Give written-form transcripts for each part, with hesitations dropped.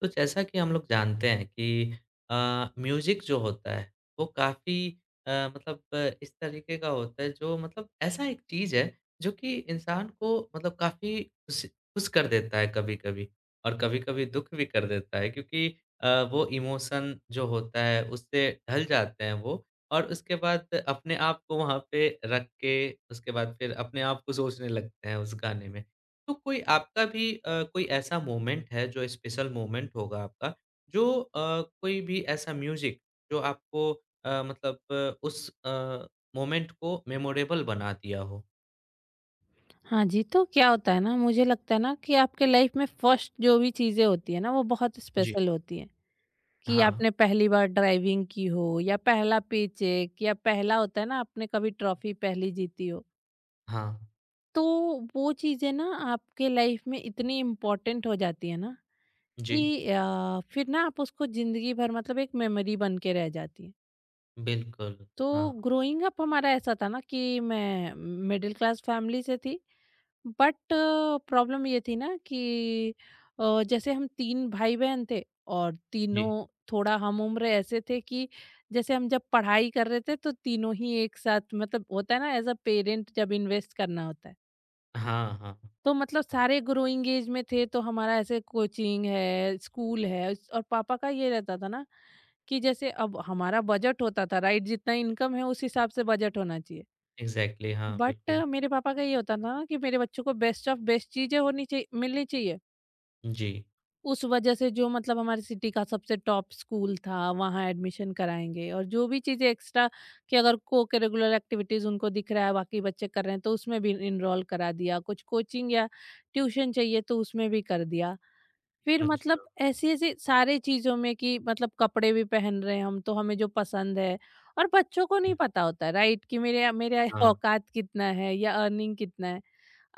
तो जैसा कि हम लोग जानते हैं कि अ, म्यूज़िक जो होता है वो काफ़ी मतलब इस तरीके का होता है जो मतलब ऐसा एक चीज़ है जो कि इंसान को मतलब काफ़ी खुश खुश कर देता है कभी-कभी, और कभी-कभी दुःख भी कर देता है क्योंकि वो इमोशन जो होता है उससे ढल जाते हैं वो। और उसके बाद अपने आप को वहाँ पे रख के उसके बाद फिर अपने आप को सोचने लगते हैं उस गाने में। तो कोई आपका भी कोई ऐसा मोमेंट है जो स्पेशल मोमेंट होगा आपका, जो कोई भी ऐसा म्यूजिक जो आपको मतलब मोमेंट को मेमोरेबल बना दिया हो? हाँ जी, तो क्या होता है ना मुझे लगता है ना कि आपके लाइफ में फर्स्ट जो भी चीज़ें होती है ना वो बहुत जी। स्पेशल होती हैं। कि हाँ, आपने पहली बार ड्राइविंग की हो या पहला पेचेक या पहला होता है ना आपने कभी ट्रॉफी पहली जीती हो। हाँ। तो वो चीज़ें ना आपके लाइफ में इतनी इम्पोर्टेंट हो जाती है ना जी, कि फिर ना आप उसको ज़िंदगी भर मतलब एक मेमोरी बन के रह जाती है। बिल्कुल। तो हाँ, ग्रोइंग अप हमारा ऐसा था ना कि मैं मिडिल क्लास फैमिली से थी। बट प्रॉब्लम ये थी ना कि जैसे हम तीन भाई बहन थे और जी। तीनों थोड़ा हम उम्र ऐसे थे कि जैसे हम जब पढ़ाई कर रहे थे तो तीनों ही एक साथ मतलब होता है ना एज अ पेरेंट जब इन्वेस्ट करना होता है। हाँ, हाँ। तो मतलब सारे ग्रोइंग एज में थे तो हमारा ऐसे कोचिंग है स्कूल है और पापा का ये रहता था ना कि जैसे अब हमारा बजट होता था, राइट? जितना इनकम है उस हिसाब से बजट होना चाहिए। एग्ज़ैक्टली, हाँ, बट बिल्कुल। मेरे पापा का ये होता ना कि मेरे बच्चों को बेस्ट ऑफ बेस्ट चीजें होनी चाहिए, मिलनी चाहिए। जी। उस वजह से जो मतलब हमारे सिटी का सबसे टॉप स्कूल था वहाँ एडमिशन कराएंगे, और जो भी चीज़ें एक्स्ट्रा कि अगर को करिकुलर एक्टिविटीज़ उनको दिख रहा है बाकी बच्चे कर रहे हैं तो उसमें भी इनरोल करा दिया, कुछ कोचिंग या ट्यूशन चाहिए तो उसमें भी कर दिया। फिर मतलब अच्छा, ऐसी-ऐसी सारी चीज़ों में कि मतलब कपड़े भी पहन रहे हैं हम, तो हमें जो पसंद है। और बच्चों को नहीं जी। पता होता, राइट? कि मेरे मेरे हाँ, औकात कितना है या अर्निंग कितना है।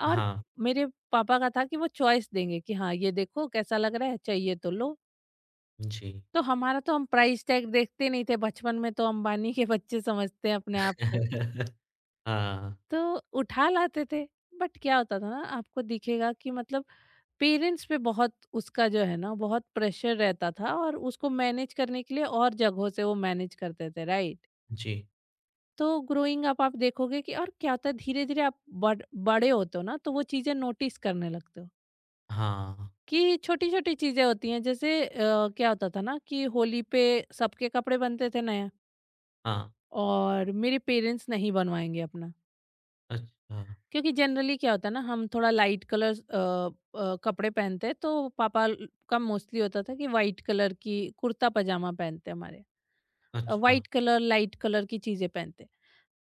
और हाँ, मेरे पापा का था कि वो चॉइस देंगे कि हाँ, ये देखो कैसा लग रहा है, चाहिए तो लो। जी। तो हमारा तो हम प्राइस टैग देखते नहीं थे बचपन में, तो अंबानी के बच्चे समझते हैं अपने आप को, हाँ, तो उठा लाते थे। बट क्या होता था ना आपको दिखेगा कि मतलब पेरेंट्स पे बहुत उसका जो है ना बहुत प्रेशर रहता था, और उसको मैनेज करने के लिए और जगहों से वो मैनेज करते थे, राइट? जी। तो ग्रोइंग अप आप देखोगे कि और क्या होता है, धीरे धीरे आप बड़े होते हो ना तो वो चीजें नोटिस करने लगते हो। हाँ, कि छोटी छोटी चीजें होती हैं, जैसे क्या होता था ना कि होली पे सबके कपड़े बनते थे नए। हाँ। और मेरे पेरेंट्स नहीं बनवाएंगे अपना। अच्छा, क्योंकि जनरली क्या होता है ना हम थोड़ा लाइट कलर कपड़े पहनते हैं तो पापा का मोस्टली होता था कि वाइट कलर की कुर्ता पजामा पहनते हैं, हमारे अच्छा, वाइट कलर लाइट कलर की चीजें पहनते हैं।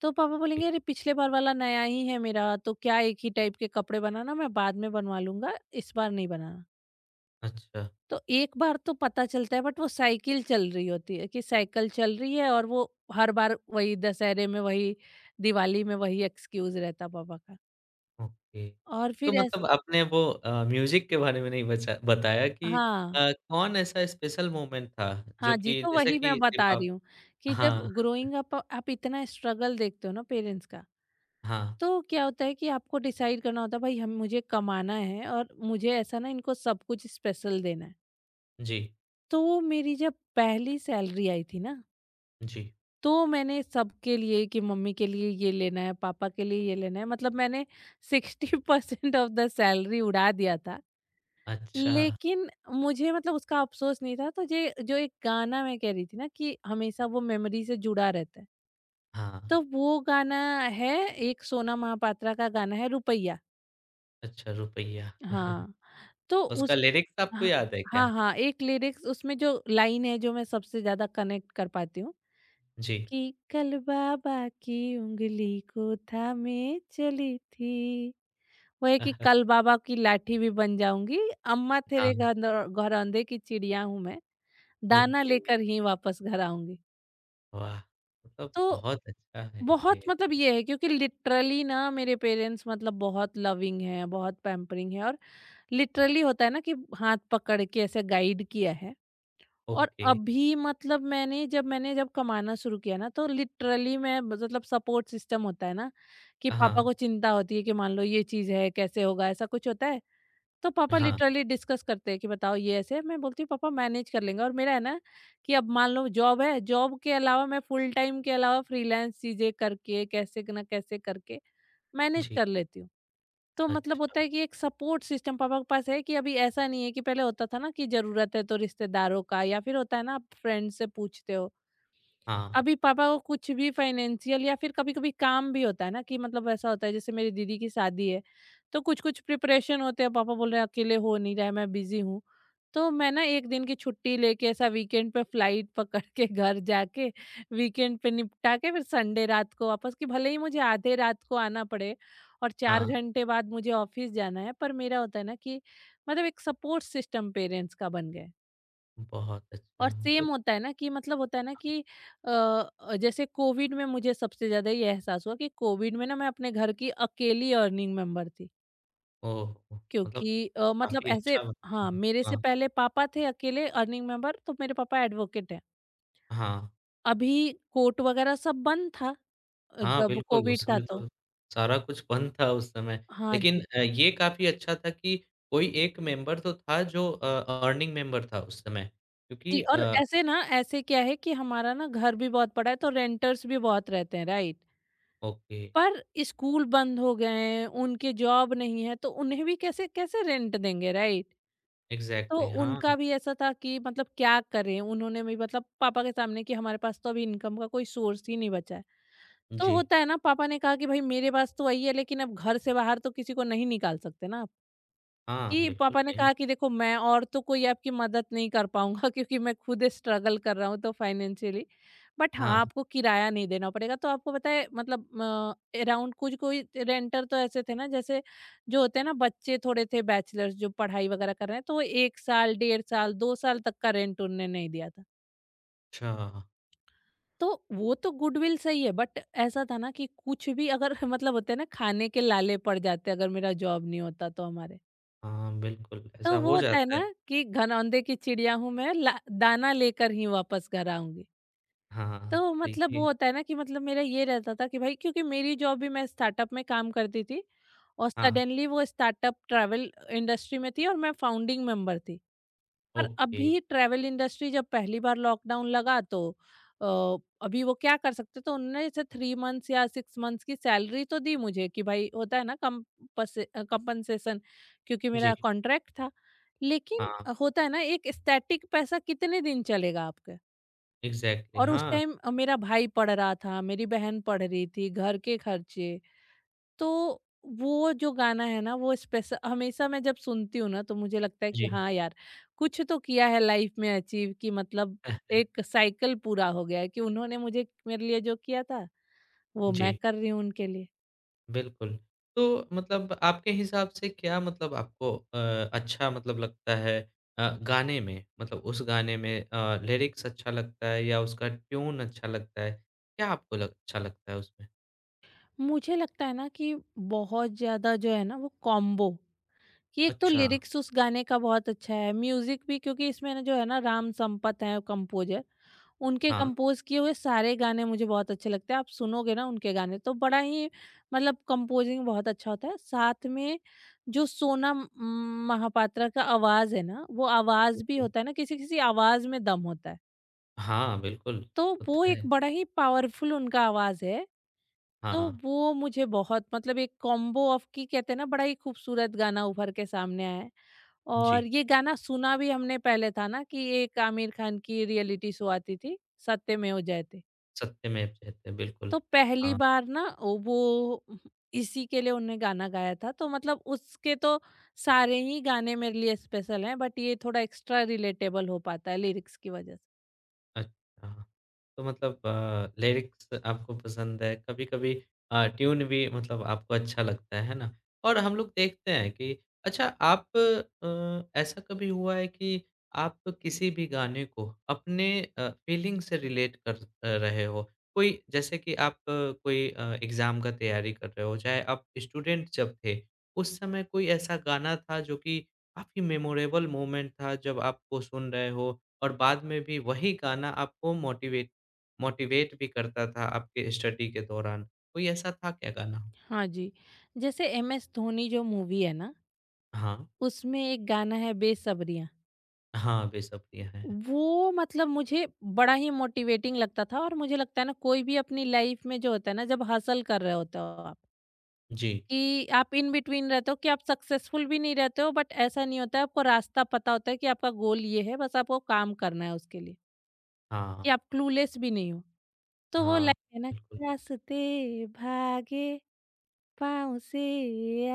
तो पापा बोलेंगे जी, अरे पिछले बार वाला नया ही है मेरा, तो क्या एक ही टाइप के कपड़े बनाना? मैं बाद में बनवा लूंगा, इस बार नहीं बनाना। अच्छा। तो एक बार तो पता चलता है बट वो साइकिल चल रही होती है कि साइकिल चल रही है, और वो हर बार वही दशहरे में वही दिवाली में वही एक्सक्यूज रहता पापा का। ओके। और तो फिर ऐस- मतलब आपने वो म्यूज़िक के बारे में नहीं बचा बताया कि हाँ, कौन ऐसा स्पेशल मोमेंट था जो हाँ जी, कि तो जैसे वही कि मैं बता दीपा। रही हूँ कि जब हाँ, ग्रोइंग अप आप इतना स्ट्रगल देखते हो ना पेरेंट्स का, हाँ। तो क्या होता है कि आपको डिसाइड करना होता है भाई हम मुझे कमाना है और मुझे ऐसा ना इनको सब कुछ स्पेशल देना है। जी, तो मेरी जब पहली सैलरी आई थी ना, जी। तो मैंने सबके लिए कि मम्मी के लिए ये लेना है, पापा के लिए ये लेना है, मतलब मैंने 60% ऑफ द सैलरी उड़ा दिया था। अच्छा, लेकिन मुझे मतलब उसका अफ़सोस नहीं था, तो जे जो एक गाना मैं कह रही थी ना कि हमेशा वो मेमोरी से जुड़ा रहता है। हाँ। तो वो गाना है, एक सोना महापात्रा का गाना है रुपैया। अच्छा रुपैया। हाँ। तो उसका उस लिरिक्स आपको हाँ, याद है क्या? हाँ, हाँ, एक लिरिक्स उसमें जो लाइन है जो मैं सबसे ज़्यादा कनेक्ट कर पाती हूँ जी। कि कल बाबा की उँगली को थामे चली थी, वो है कि कल बाबा की लाठी भी बन जाऊँगी, अम्मा हाँ, तेरे घनौ घरौंदे की चिड़िया हूँ मैं। दाना ओके। लेकर ही वापस घर आऊँगी। वाह! मतलब तो बहुत अच्छा है बहुत ये। मतलब ये है क्योंकि लिटरली ना मेरे पेरेंट्स मतलब बहुत लविंग हैं, बहुत पैम्परिंग हैं, और लिटरली होता है ना कि हाथ पकड़ के ऐसे गाइड किया है। और ओके। अभी मतलब मैंने जब कमाना शुरू किया ना तो लिटरली मैं मतलब सपोर्ट सिस्टम होता है ना कि पापा हाँ, को चिंता होती है कि मान लो ये चीज़ है, कैसे होगा? ऐसा कुछ होता है तो पापा हाँ। लिटरली डिस्कस करते हैं कि बताओ ये ऐसे है। मैं बोलती हूँ पापा मैनेज कर लेंगे, और मेरा है ना कि अब मान लो जॉब है, जॉब के अलावा मैं फुल टाइम के अलावा फ्रीलांस चीजें करके कैसे ना कैसे करके मैनेज जी। कर लेती हूँ। तो मतलब होता अच्छा। है कि एक सपोर्ट सिस्टम पापा के पास है, कि अभी ऐसा नहीं है कि पहले होता था ना कि जरूरत है तो रिश्तेदारों का, या फिर होता है ना आप फ्रेंड से पूछते हो। हाँ, अभी पापा को कुछ भी फाइनेंशियल या फिर कभी-कभी काम भी होता है ना कि मतलब ऐसा होता है जैसे मेरी दीदी की शादी है, तो कुछ-कुछ प्रिपरेशन होते हैं, पापा बोल रहे हैं अकेले हो नहीं रहा है, मैं बिज़ी हूँ। तो मैं ना 1 दिन की छुट्टी लेके ऐसा वीकेंड पे फ्लाइट पकड़ के घर जाके वीकेंड पे निपटा के फिर संडे रात को वापस, कि भले ही मुझे आधे रात को आना पड़े और 4 हाँ। घंटे बाद मुझे ऑफिस जाना है, पर मेरा होता है ना कि मतलब एक सपोर्ट सिस्टम पेरेंट्स का बन गया है। बहुत अच्छा और मतलब सेम होता है ना कि मतलब होता है ना कि जैसे कोविड में मुझे सबसे ज़्यादा ये एहसास हुआ कि कोविड में ना मैं अपने घर की अकेली अर्निंग मेंबर थी। ओह! मतलब क्योंकि मतलब काफ़ी ऐसे, अच्छा ब हाँ, मेरे से हाँ, पहले पापा थे अकेले अर्निंग मेंबर, तो मेरे पापा एडवोकेट हैं। हाँ। अभी कोर्ट वगैरह सब बंद था हाँ, जब बिल्कुल, कोविड उस था समय तो। तो सारा कुछ बंद था उस समय। हाँ लेकिन जी। ये काफ़ी अच्छा था कि कोई एक मेंबर तो था जो अर्निंग मेंबर था उस समय, क्योंकि जी और ऐसे ना ऐसे क्या है कि हमारा ना घर भी बहुत बड़ा है, तो रेंटर्स भी बहुत रहते हैं, राइट? ओके, पर स्कूल बंद हो गए हैं, उनके जॉब नहीं है तो उन्हें भी कैसे कैसे रेंट देंगे, राइट? तो इग्ज़ैक्टली, हाँ, उनका भी ऐसा था कि मतलब क्या करें? उन्होंने भी मतलब पापा के सामने कि हमारे पास तो अभी इनकम का कोई सोर्स ही नहीं बचा है। तो जी। होता है ना पापा ने कहा कि भाई मेरे पास तो वही है, लेकिन अब घर से बाहर तो किसी को नहीं निकाल सकते ना, हाँ, कि बिल्कुल पापा ने टाइम कहा कि देखो मैं और तो कोई आपकी मदद नहीं कर पाऊँगा क्योंकि मैं खुद स्ट्रगल कर रहा हूँ तो फाइनेंशियली। बट हाँ, हाँ, आपको किराया नहीं देना पड़ेगा। तो आपको पता है मतलब अराउंड कुछ कोई रेंटर तो ऐसे थे ना जैसे जो होते हैं ना बच्चे थोड़े थे बैचलर्स जो पढ़ाई वगैरह कर रहे हैं, तो वो 1 साल, डेढ़ साल, 2 साल तक का रेंट उनने नहीं दिया था। अच्छा। तो वो तो गुडविल सही है, बट ऐसा था ना कि कुछ भी अगर मतलब होते हैं ना खाने के लाले पड़ जाते अगर मेरा जॉब नहीं होता तो हमारे। हाँ, बिल्कुल, ऐसा तो वो हो होता है जाता ना है। कि घनौंदे की चिड़िया हूँ मैं ला दाना लेकर ही वापस घर आऊँगी। हाँ, तो मतलब वो देखिए होता है ना कि मतलब मेरा ये रहता था कि भाई क्योंकि मेरी जॉब भी मैं स्टार्टअप में काम करती थी और हाँ, सडनली वो स्टार्टअप ट्रैवल इंडस्ट्री में थी और मैं फाउंडिंग मेंबर थी। पर ओके। अभी ट्रैवल इंडस्ट्री जब पहली बार लॉकडाउन लगा तो अ, अभी वो क्या कर सकते, तो उन्होंने जैसे 3 मंथ्स या 6 मंथ्स की सैलरी तो दी मुझे कि भाई होता है ना कंपनसेशन, क्योंकि जी, मेरा कॉन्ट्रैक्ट था। लेकिन हाँ, होता है ना एक स्टैटिक पैसा कितने दिन चलेगा आपके। इग्ज़ैक्टली, और उस हाँ, टाइम मेरा भाई पढ़ रहा था, मेरी बहन पढ़ रही थी, घर के खर्चे। तो वो जो गाना है ना वो स्पेशल हमेशा मैं जब सुनती हूँ ना तो मुझे लगता है कि जी। हाँ यार, कुछ तो किया है लाइफ में अचीव, कि मतलब एक साइकिल पूरा हो गया है कि उन्होंने मुझे मेरे लिए जो किया था वो मैं जी। कर रही हूँ उनके लिए। बिल्कुल। तो मतलब आपके हिसाब से क्या मतलब आपको अच्छा मतलब लगता है गाने में? मतलब उस गाने में लिरिक्स अच्छा लगता है या उसका ट्यून अच्छा लगता है? क्या आपको लग अच्छा लगता है उसमें? मुझे लगता है ना कि बहुत ज्यादा जो है ना वो कॉम्बो, कि एक तो अच्छा, लिरिक्स उस गाने का बहुत अच्छा है, म्यूजिक भी क्योंकि इसमें ना जो है ना राम संपत है कंपोजर। उनके हाँ, कंपोज़ किए हुए सारे गाने मुझे बहुत अच्छे लगते हैं। आप सुनोगे ना उनके गाने तो बड़ा ही मतलब कंपोज़िंग बहुत अच्छा होता है। साथ में जो सोनम महापात्रा का आवाज़ है ना, वो आवाज़ भी बिल्कुल। होता है ना किसी-किसी आवाज़ में दम होता है। हाँ, बिल्कुल, तो वो होता एक है। बड़ा ही पावरफुल उनका आवाज़ है। तो हाँ, वो मुझे बहुत मतलब एक कॉम्बो ऑफ, की कहते हैं ना, बड़ा ही खूबसूरत गाना उभर के सामने आया है। और जी, ये गाना सुना भी हमने पहले था ना कि एक आमिर खान की रियलिटी शो आती थी, सत्यमेव जयते। सत्यमेव जयते बिल्कुल, तो पहली हाँ। बार ना ओ वो इसी के लिए उन्होंने गाना गाया था तो मतलब उसके तो सारे ही गाने मेरे लिए स्पेशल हैं बट ये थोड़ा एक्स्ट्रा रिलेटेबल हो पाता है लिरिक्स की वजह से। अच्छा, तो मतलब लिरिक्स आपको पसंद है, कभी-कभी ट्यून भी मतलब आपको अच्छा लगता है ना? और हम लोग देखते हैं कि अच्छा ऐसा कभी हुआ है कि आप किसी भी गाने को अपने फीलिंग से रिलेट कर रहे हो? कोई जैसे कि आप कोई एग्ज़ाम का तैयारी कर रहे हो, चाहे आप स्टूडेंट जब थे, उस समय कोई ऐसा गाना था जो कि काफ़ी मेमोरेबल मोमेंट था जब आप वो सुन रहे हो, और बाद में भी वही गाना आपको मोटिवेट मोटिवेट भी करता था आपके स्टडी के दौरान। कोई ऐसा था क्या गाना? हाँ जी, जैसे एम एस धोनी जो मूवी है ना हाँ। उसमें एक गाना है बेसब्रियाँ। हाँ, बेसब्रियाँ है। वो मतलब मुझे बड़ा ही मोटिवेटिंग लगता था। और मुझे लगता है ना कोई भी अपनी लाइफ में जो होता है ना जब हासिल कर रहे होते हो आप जी। कि आप इन बिटवीन रहते हो, कि आप सक्सेसफुल भी नहीं रहते हो बट ऐसा नहीं होता है, आपको रास्ता पता होता है कि आपका गोल ये है, बस आपको काम करना है उसके लिए, हाँ, कि आप क्लूलेस भी नहीं हो। तो वो हाँ, लाइन है ना, बिल्कुल। रास्ते भागे पाँव से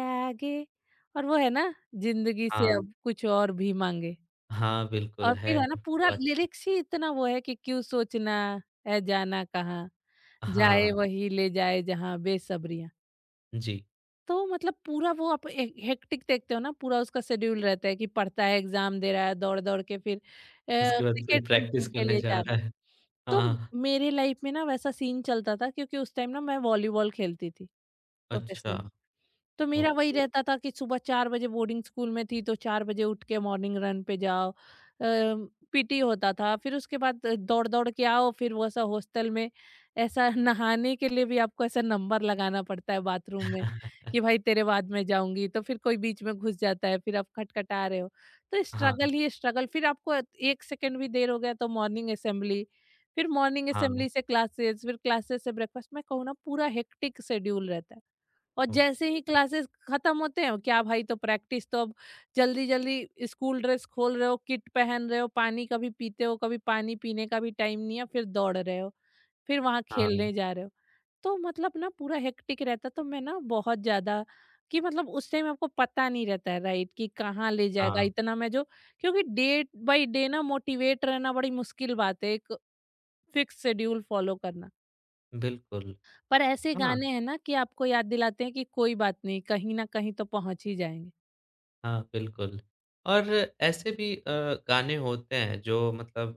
आगे। और वो है ना, जिंदगी से हाँ, अब कुछ और भी मांगे। हाँ, बिल्कुल और फिर है। है ना तो पूरा अच्छा लिरिक्स ही इतना वो है कि क्यों सोचना है जाना कहाँ, जाए हाँ, वही ले जाए जहाँ बेसब्रियां। जी। तो मतलब पूरा वो आप हे हेक्टिक देखते हो ना, पूरा उसका शेड्यूल रहता है कि पढ़ता है, एग्ज़ाम दे रहा है, दौड़-दौड़ के फिर उसके बाद फिर क्रिकेट प्रैक्टिस ट्रेनिंग के करने लिए जा जा रहा रहा है। है। तो हाँ, मेरे लाइफ़ में ना वैसा सीन चलता था, क्योंकि उस टाइम ना मैं वॉलीबॉल खेलती थी अच्छा, प्रोफेशनली। तो मेरा वही ओके। रहता था कि सुबह 4 बजे बोर्डिंग स्कूल में थी, तो 4 बजे उठ के मॉर्निंग रन पे जाओ। पीटी होता था, फिर उसके बाद दौड़-दौड़ के आओ, फिर वो ऐसा हॉस्टल में ऐसा नहाने के लिए भी आपको ऐसा नंबर लगाना पड़ता है बाथरूम में कि भाई तेरे बाद में जाऊँगी। तो फिर कोई बीच में घुस जाता है, फिर आप खटखटा रहे हो। तो हाँ, स्ट्रगल ही स्ट्रगल। फिर आपको 1 सेकंड भी देर हो गया तो मॉर्निंग असेंबली, फिर मॉर्निंग हाँ, असेंबली से क्लासेस, फिर क्लासेस से ब्रेकफास्ट। मैं कहूँ ना पूरा हेक्टिक शेड्यूल रहता है। और जैसे ओके। ही क्लासेस खत्म होते हैं क्या भाई, तो प्रैक्टिस। तो अब जल्दी जल्दी स्कूल ड्रेस खोल रहे हो, किट पहन रहे हो, पानी कभी पीते हो, कभी पानी पीने का भी टाइम नहीं है, फिर दौड़ रहे हो, फिर वहां खेलने हाँ, जा रहे हो। तो मतलब ना पूरा हेक्टिक रहता, तो मैं ना बहुत ज्यादा कि मतलब उस टाइम आपको पता नहीं रहता है राइट, कि कहाँ ले जाएगा हाँ, इतना मैं जो, क्योंकि डे बाई डे ना मोटिवेट रहना बड़ी मुश्किल बात है, एक फिक्स शेड्यूल फॉलो करना। बिल्कुल। पर ऐसे हाँ। गाने हैं ना कि आपको याद दिलाते हैं कि कोई बात नहीं, कहीं ना कहीं तो पहुंच ही जाएंगे। हाँ, बिल्कुल। और ऐसे भी गाने होते हैं जो मतलब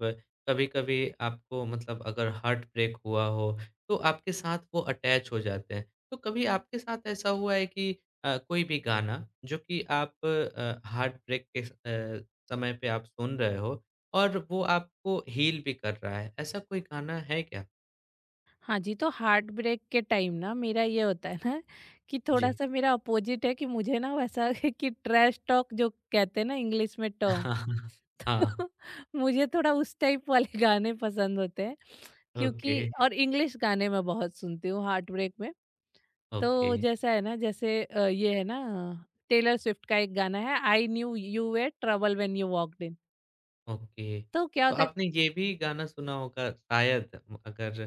कभी-कभी आपको मतलब अगर हार्ट ब्रेक हुआ हो, तो आपके साथ वो अटैच हो जाते हैं। तो कभी आपके साथ ऐसा हुआ है कि कोई भी गाना जो कि आप हार्ट ब्रेक के समय पे आप सुन रहे हो और वो आपको हील भी कर रहा है, ऐसा कोई गाना है क्या? हाँ जी, तो हार्ट ब्रेक के टाइम ना मेरा ये होता है ना कि थोड़ा जी। सा मेरा अपोजिट है, कि मुझे ना वैसा है कि ट्रैश टॉक जो कहते हैं ना इंग्लिश में टर्म। हाँ, हाँ मुझे थोड़ा उस टाइप वाले गाने पसंद होते हैं, क्योंकि ओके, और इंग्लिश गाने मैं बहुत सुनती हूँ हार्ट ब्रेक में। ओके। तो जैसा है ना जैसे ये है ना टेलर स्विफ्ट का एक गाना है, I knew you were trouble when you walked in. Okay. तो क्या तो होता है, आपने ये भी गाना सुना होगा शायद अगर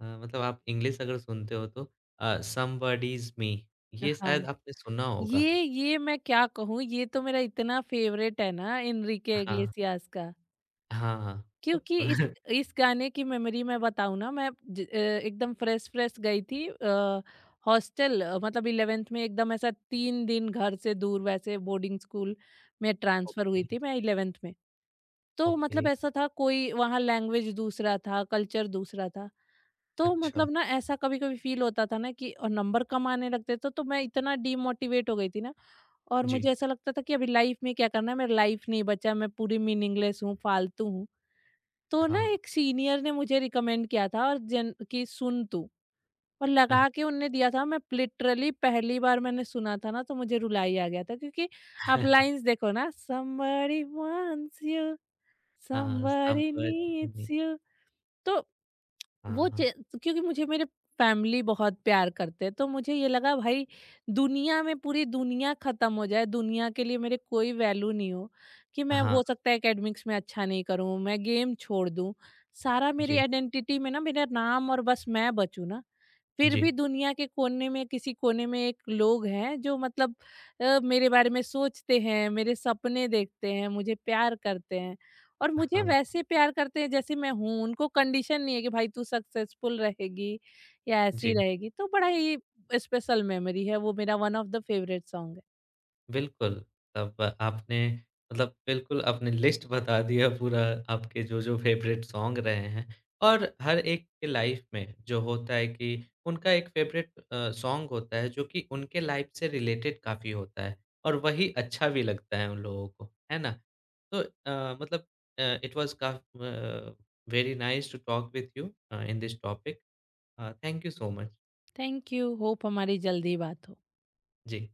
मतलब आप इंग्लिश अगर सुनते हो तो समबडी इज़ मी, ये हाँ, शायद आपने सुना होगा। ये मैं क्या कहूँ, ये तो मेरा इतना फेवरेट है ना, एनरिके हाँ, इग्लेसियास का। हाँ, हाँ। तो क्योंकि इस इस गाने की मेमोरी मैं बताऊँ ना, मैं एकदम फ्रेश फ्रेश गई थी हॉस्टल, मतलब इलेवेंथ में। एकदम ऐसा तीन दिन घर से दूर, वैसे बोर्डिंग स्कूल में ट्रांसफर ओके, हुई थी मैं इलेवेंथ में। तो मतलब ओके, ऐसा था, कोई वहाँ लैंग्वेज दूसरा था, कल्चर दूसरा था। तो अच्छा। मतलब ना ऐसा कभी कभी फील होता था ना, कि और नंबर कम आने लगते थे, तो मैं इतना डीमोटिवेट हो गई थी ना। और मुझे जी, ऐसा लगता था कि अभी लाइफ में क्या करना है, मेरा लाइफ नहीं बचा, मैं पूरी मीनिंगलेस हूँ, फालतू हूँ। तो ना हाँ। एक सीनियर ने मुझे रिकमेंड किया था और जन कि सुन तू, और लगा के उनने दिया था। मैं लिटरली पहली बार मैंने सुना था ना, तो मुझे रुलाई आ गया था, क्योंकि आप लाइंस देखो ना, somebody wants you, हाँ, somebody needs समबडी you। तो वो हाँ, चे, क्योंकि मुझे मेरे फैमिली बहुत प्यार करते हैं, तो मुझे ये लगा, भाई दुनिया में, पूरी दुनिया खत्म हो जाए, दुनिया के लिए मेरे कोई वैल्यू नहीं हो, कि मैं हाँ, हो सकता है एकेडमिक्स में अच्छा नहीं करूं, मैं गेम छोड़ दूं, सारा मेरी जी, आइडेंटिटी में ना मेरा नाम, और बस मैं बचूं ना, फिर भी जी, दुनिया के कोने में, किसी कोने में एक लोग हैं जो मतलब मेरे बारे में सोचते हैं, मेरे सपने देखते हैं, मुझे प्यार करते हैं। और मुझे हाँ, वैसे प्यार करते हैं जैसे मैं हूँ, उनको कंडीशन नहीं है कि भाई तू सक्सेसफुल रहेगी या ऐसी जी। रहेगी। तो बड़ा ही स्पेशल मेमोरी है वो, मेरा one of the favourite song है। बिल्कुल, तब आपने मतलब बिल्कुल आपने लिस्ट बता दिया पूरा, आपके जो-जो फ़ेवरेट सॉन्ग रहे हैं, और हर एक के लाइफ़ में जो होता है कि उनका एक फ़ेवरेट सॉन्ग होता है जो कि उनके लाइफ़ से रिलेटेड काफ़ी होता है, और वही अच्छा भी लगता है उन लोगों को, है ना? तो मतलब अ, इट वाज़ काफ़ uh, very nice to talk with you in this topic. Thank you so much. Thank you, hope हमारी जल्दी बात हो। जी।